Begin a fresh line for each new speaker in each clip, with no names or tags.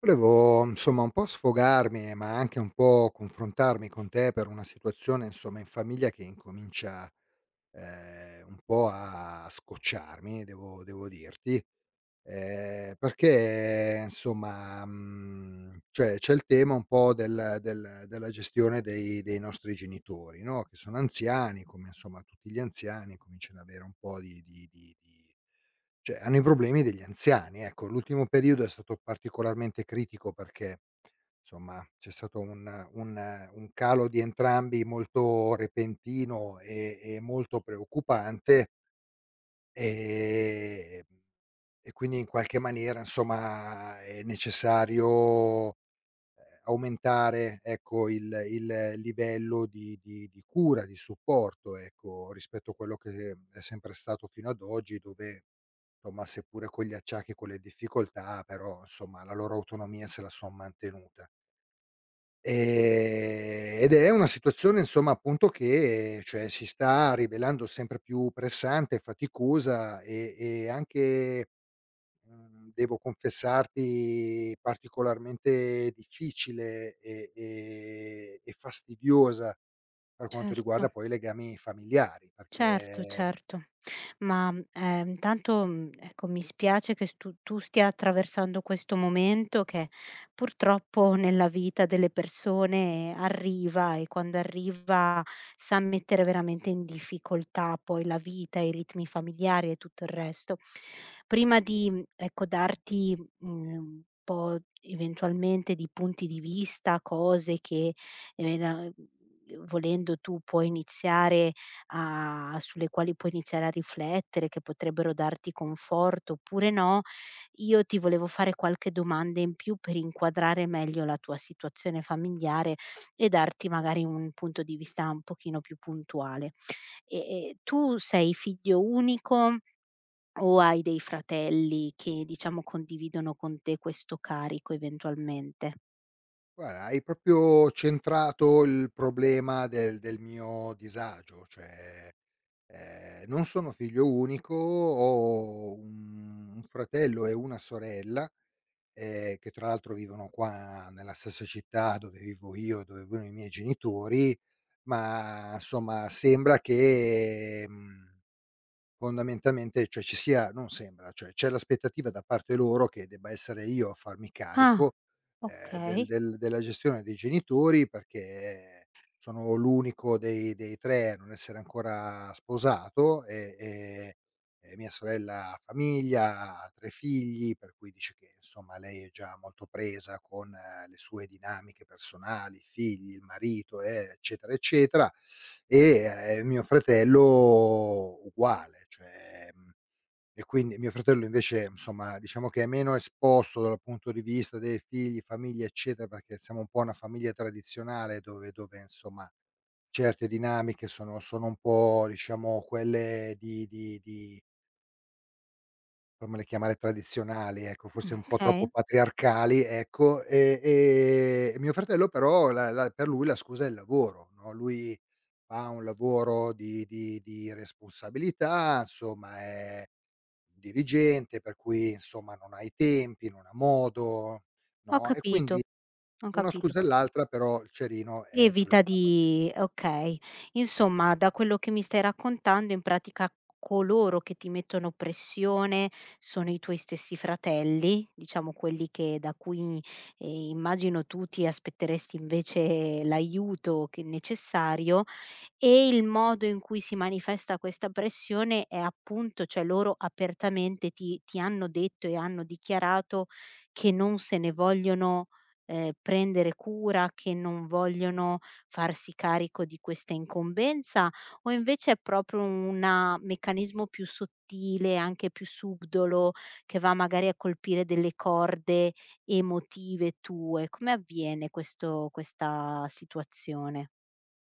Volevo, insomma, un po' sfogarmi, ma anche un po' confrontarmi con te per una situazione, insomma, in famiglia che incomincia, un po' a scocciarmi, devo dirti, perché insomma, cioè c'è il tema un po' della gestione dei nostri genitori, no, che sono anziani, come insomma tutti gli anziani cominciano ad avere un po' di cioè, hanno i problemi degli anziani. Ecco, l'ultimo periodo è stato particolarmente critico perché, insomma, c'è stato un calo di entrambi molto repentino e molto preoccupante. ehm, e quindi in qualche maniera, insomma, è necessario, aumentare, ecco, il livello di cura, di supporto, ecco, rispetto a quello che è sempre stato fino ad oggi, dove somma, seppure con gli acciacchi e con le difficoltà, però insomma la loro autonomia se la son mantenuta. Ed è una situazione insomma appunto che, cioè, si sta rivelando sempre più pressante, faticosa e anche, devo confessarti, particolarmente difficile e fastidiosa per quanto
Certo.
riguarda poi i legami familiari,
Certo,
perché,
certo. Ma, intanto, ecco, mi spiace che stu tu stia attraversando questo momento che purtroppo nella vita delle persone arriva e quando arriva sa mettere veramente in difficoltà poi la vita, i ritmi familiari e tutto il resto. Prima di, ecco, darti, un po' eventualmente di punti di vista, cose che, ehm, volendo tu puoi iniziare a sulle quali puoi iniziare a riflettere, che potrebbero darti conforto oppure no, io ti volevo fare qualche domanda in più per inquadrare meglio la tua situazione familiare e darti magari un punto di vista un pochino più puntuale. E tu sei figlio unico o hai dei fratelli che, diciamo, condividono con te questo carico eventualmente?
guarda, hai proprio centrato il problema del mio disagio, cioè, non sono figlio unico, ho un fratello e una sorella, che tra l'altro vivono qua nella stessa città dove vivo io, dove vivono i miei genitori. Ma insomma sembra che, mhmm fondamentalmente, cioè ci sia, non sembra, cioè c'è l'aspettativa da parte loro che debba essere io a farmi
Ah,
carico,
okay,
della gestione dei genitori, perché sono l'unico dei 3 a non essere ancora sposato, e mia sorella ha famiglia, ha 3 figli, per cui dice che insomma lei è già molto presa con, le sue dinamiche personali, i figli, il marito, eccetera, eccetera. E, mio fratello uguale, cioè, e quindi mio fratello invece, insomma, diciamo che è meno esposto dal punto di vista dei figli, famiglia, eccetera, perché siamo un po' una famiglia tradizionale dove insomma, certe dinamiche sono un po', diciamo, quelle di fammele chiamare tradizionali, ecco, forse un po'
okay,
troppo patriarcali, ecco. E mio fratello però la per lui la scusa è il lavoro, no, lui fa un lavoro di responsabilità, insomma è un dirigente, per cui insomma non ha i tempi, non ha modo,
ho
no, e quindi
capito, ho
una
capito.
scusa e l'altra però il cerino, ce lo.
Evita di okay. Insomma, da quello che mi stai raccontando, in pratica coloro che ti mettono pressione sono i tuoi stessi fratelli, diciamo quelli che da cui, immagino tu ti aspetteresti invece l'aiuto che è necessario, e il modo in cui si manifesta questa pressione è appunto cioè loro apertamente ti hanno detto e hanno dichiarato che non se ne vogliono prendere cura, che non vogliono farsi carico di questa incombenza, o invece è proprio una meccanismo più sottile, anche più subdolo, che va magari a colpire delle corde emotive tue? Come avviene questo questa situazione?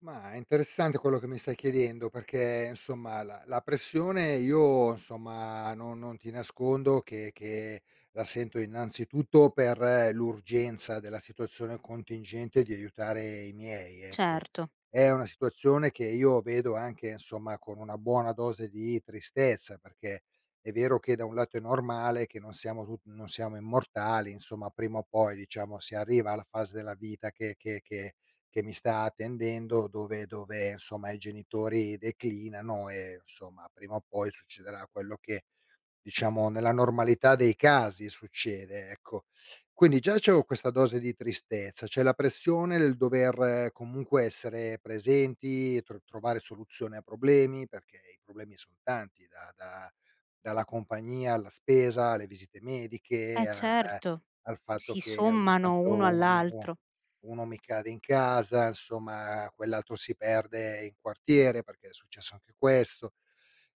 Ma è interessante quello che mi stai chiedendo, perché, insomma, la pressione io, insomma, non ti nascondo che la sento innanzitutto per, l'urgenza della situazione contingente di aiutare i miei, ecco.
Certo,
È una situazione che io vedo anche, insomma, con una buona dose di tristezza, perché è vero che da un lato è normale che non siamo immortali, insomma, prima o poi, diciamo, si arriva alla fase della vita che mi sta attendendo, dove insomma i genitori declinano, e insomma prima o poi succederà quello che diciamo nella normalità dei casi succede, ecco. Quindi già c'avevo questa dose di tristezza, c'è la pressione del dover, comunque essere presenti, trovare soluzioni a problemi, perché i problemi son tanti da da dalla compagnia alla spesa, alle visite mediche,
eh
a a
certo.
al fatto
Si
che ogni
sommano uno
tanto
all'altro.
uno mi cade in casa, insomma quell'altro si perde in quartiere, perché è successo anche questo.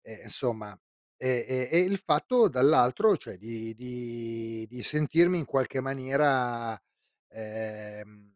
E insomma, e il fatto dall'altro, cioè di sentirmi in qualche maniera, ehm,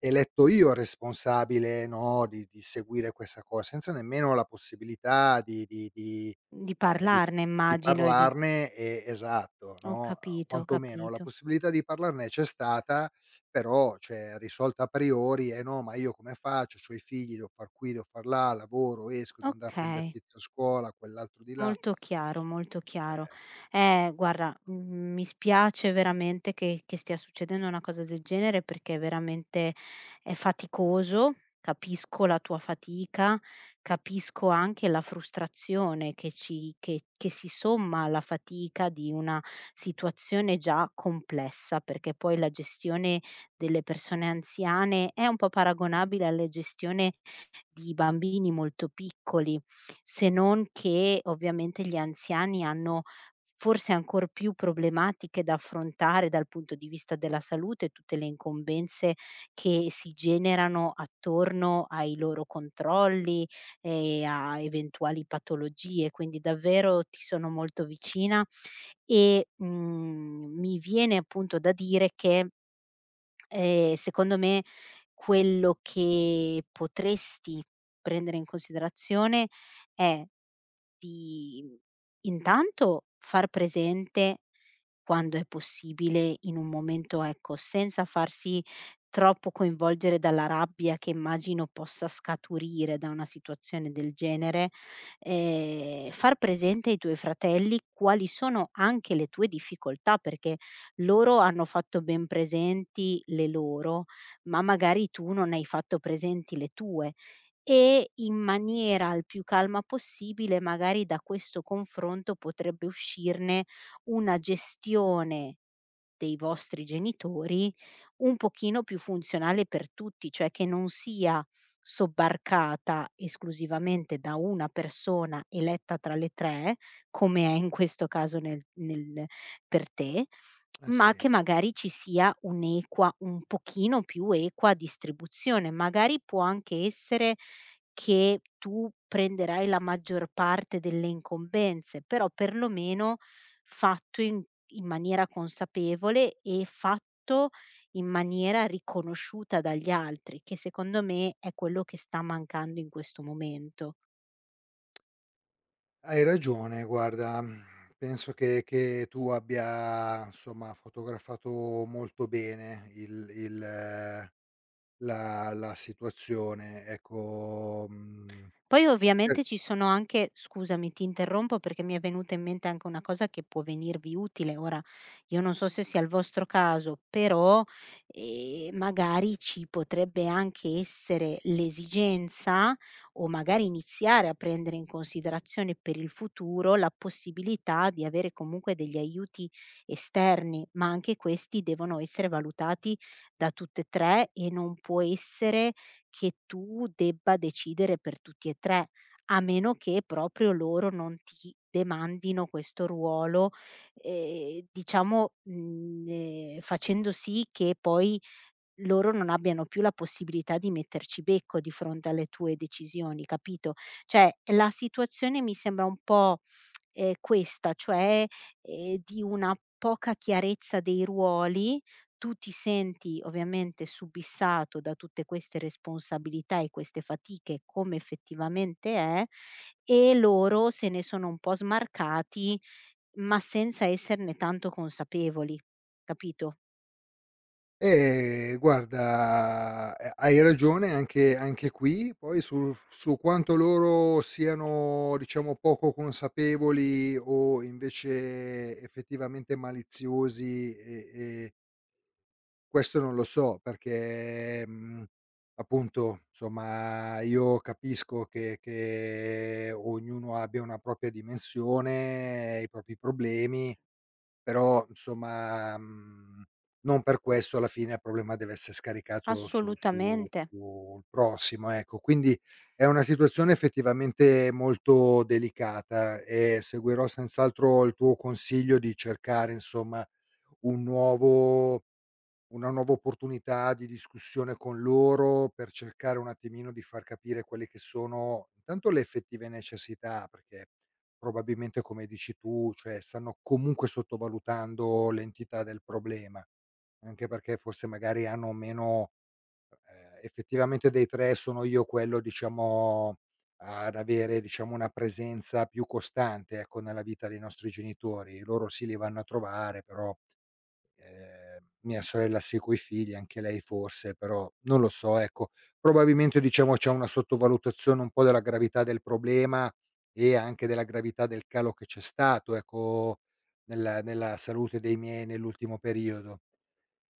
eletto io responsabile, no, di seguire questa cosa, senza nemmeno la possibilità
Di
ehm, di
parlarne
di
immagino e di
parlarne, e esatto,
ho
no,
capito, ho
quantomeno la
capito.
possibilità di parlarne c'è stata, però cioè risolta a priori: "Eh no, ma io come faccio? C'ho i figli, devo far qui, devo far là, lavoro, esco, devo andare a prender
Okay.
tizio a scuola, quell'altro di là".
Molto chiaro, molto chiaro.
Cioè,
Guarda, mi spiace veramente che stia succedendo una cosa del genere perché veramente è faticoso, capisco la tua fatica, capisco anche la frustrazione che ci che si somma alla fatica di una situazione già complessa, perché poi la gestione delle persone anziane è un po' paragonabile alle gestione di bambini molto piccoli, se non che ovviamente gli anziani hanno forse ancor più problematiche da affrontare dal punto di vista della salute, tutte le incombenze che si generano attorno ai loro controlli e a eventuali patologie, quindi davvero ti sono molto vicina e, mi viene appunto da dire che secondo me quello che potresti prendere in considerazione è di intanto far presente quando è possibile, in un momento, ecco, senza farsi troppo coinvolgere dalla rabbia che immagino possa scaturire da una situazione del genere, far presente ai tuoi fratelli quali sono anche le tue difficoltà, perché loro hanno fatto ben presenti le loro, ma magari tu non hai fatto presenti le tue. E in maniera il più calma possibile, magari da questo confronto potrebbe uscirne una gestione dei vostri genitori un pochino più funzionale per tutti, cioè che non sia sobbarcata esclusivamente da una persona eletta tra le 3, come è in questo caso nel per te,
eh
ma
sì.
che magari ci sia un'equa un pochino più equa distribuzione. Magari può anche essere che tu prenderai la maggior parte delle incombenze, però perlomeno fatto in in maniera consapevole e fatto in maniera riconosciuta dagli altri, che secondo me è quello che sta mancando in questo momento.
Hai ragione, guarda, penso che tu abbia, insomma, fotografato molto bene il la la situazione, ecco,
Poi
e
ovviamente ci sono anche scusami, ti interrompo perché mi è venuta in mente anche una cosa che può venirvi utile. Ora, io non so se sia il vostro caso, però, magari ci potrebbe anche essere l'esigenza, o magari iniziare a prendere in considerazione per il futuro, la possibilità di avere comunque degli aiuti esterni, ma anche questi devono essere valutati da tutte e 3 e non può essere che tu debba decidere per tutti e 3, a meno che proprio loro non ti demandino questo ruolo, diciamo, facendo sì che poi loro non abbiano più la possibilità di metterci becco di fronte alle tue decisioni, capito? Cioè, la situazione mi sembra un po', questa, cioè, di una poca chiarezza dei ruoli. Tu ti senti ovviamente subissato da tutte queste responsabilità e queste fatiche, come effettivamente è, e loro se ne sono un po' smarcati, ma senza esserne tanto consapevoli, capito? Mh.
e guarda, hai ragione anche qui, poi sul su quanto loro siano, diciamo, poco consapevoli o invece effettivamente maliziosi. Questo non lo so, perché, appunto, somma, io capisco che ognuno abbia una propria dimensione, i propri problemi, però insomma, non per questo alla fine il problema deve essere scaricato su su
Assolutamente.
sul prossimo, ecco. Quindi è una situazione effettivamente molto delicata, e seguirò senz'altro il tuo consiglio di cercare, insomma, un nuovo una nuova opportunità di discussione con loro, per cercare un attimino di far capire quelle che sono intanto le effettive necessità, perché probabilmente come dici tu, cioè stanno comunque sottovalutando l'entità del problema, anche perché forse magari hanno meno, effettivamente dei 3 sono io quello, diciamo, ad avere, diciamo, una presenza più costante, ecco, nella vita dei nostri genitori. Loro sì, li vanno a trovare, però, mia sorella segue i figli, anche lei forse, però non lo so, ecco. Probabilmente, diciamo, c'è una sottovalutazione un po' della gravità del problema, e anche della gravità del calo che c'è stato, ecco, nella salute dei miei nell'ultimo periodo.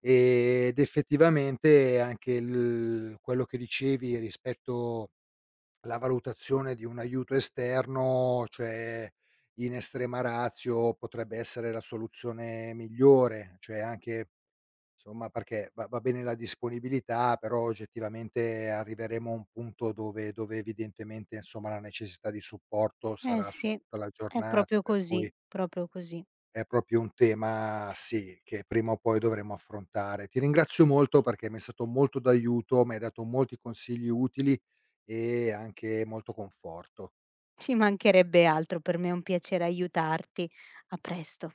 Ed effettivamente anche il quello che dicevi rispetto alla valutazione di un aiuto esterno, cioè in estrema ratio potrebbe essere la soluzione migliore, cioè anche, somma, perché va bene la disponibilità, però oggettivamente arriveremo a un punto dove evidentemente, insomma, la necessità di supporto
Eh
sarà su
sì,
tutta la
è
giornata,
proprio
per
così,
cui
proprio così.
è proprio un tema, sì, che prima o poi dovremo affrontare. Ti ringrazio molto perché mi è stato molto d'aiuto, mi hai dato molti consigli utili e anche molto conforto.
Ci mancherebbe altro, per me è un piacere aiutarti. A presto.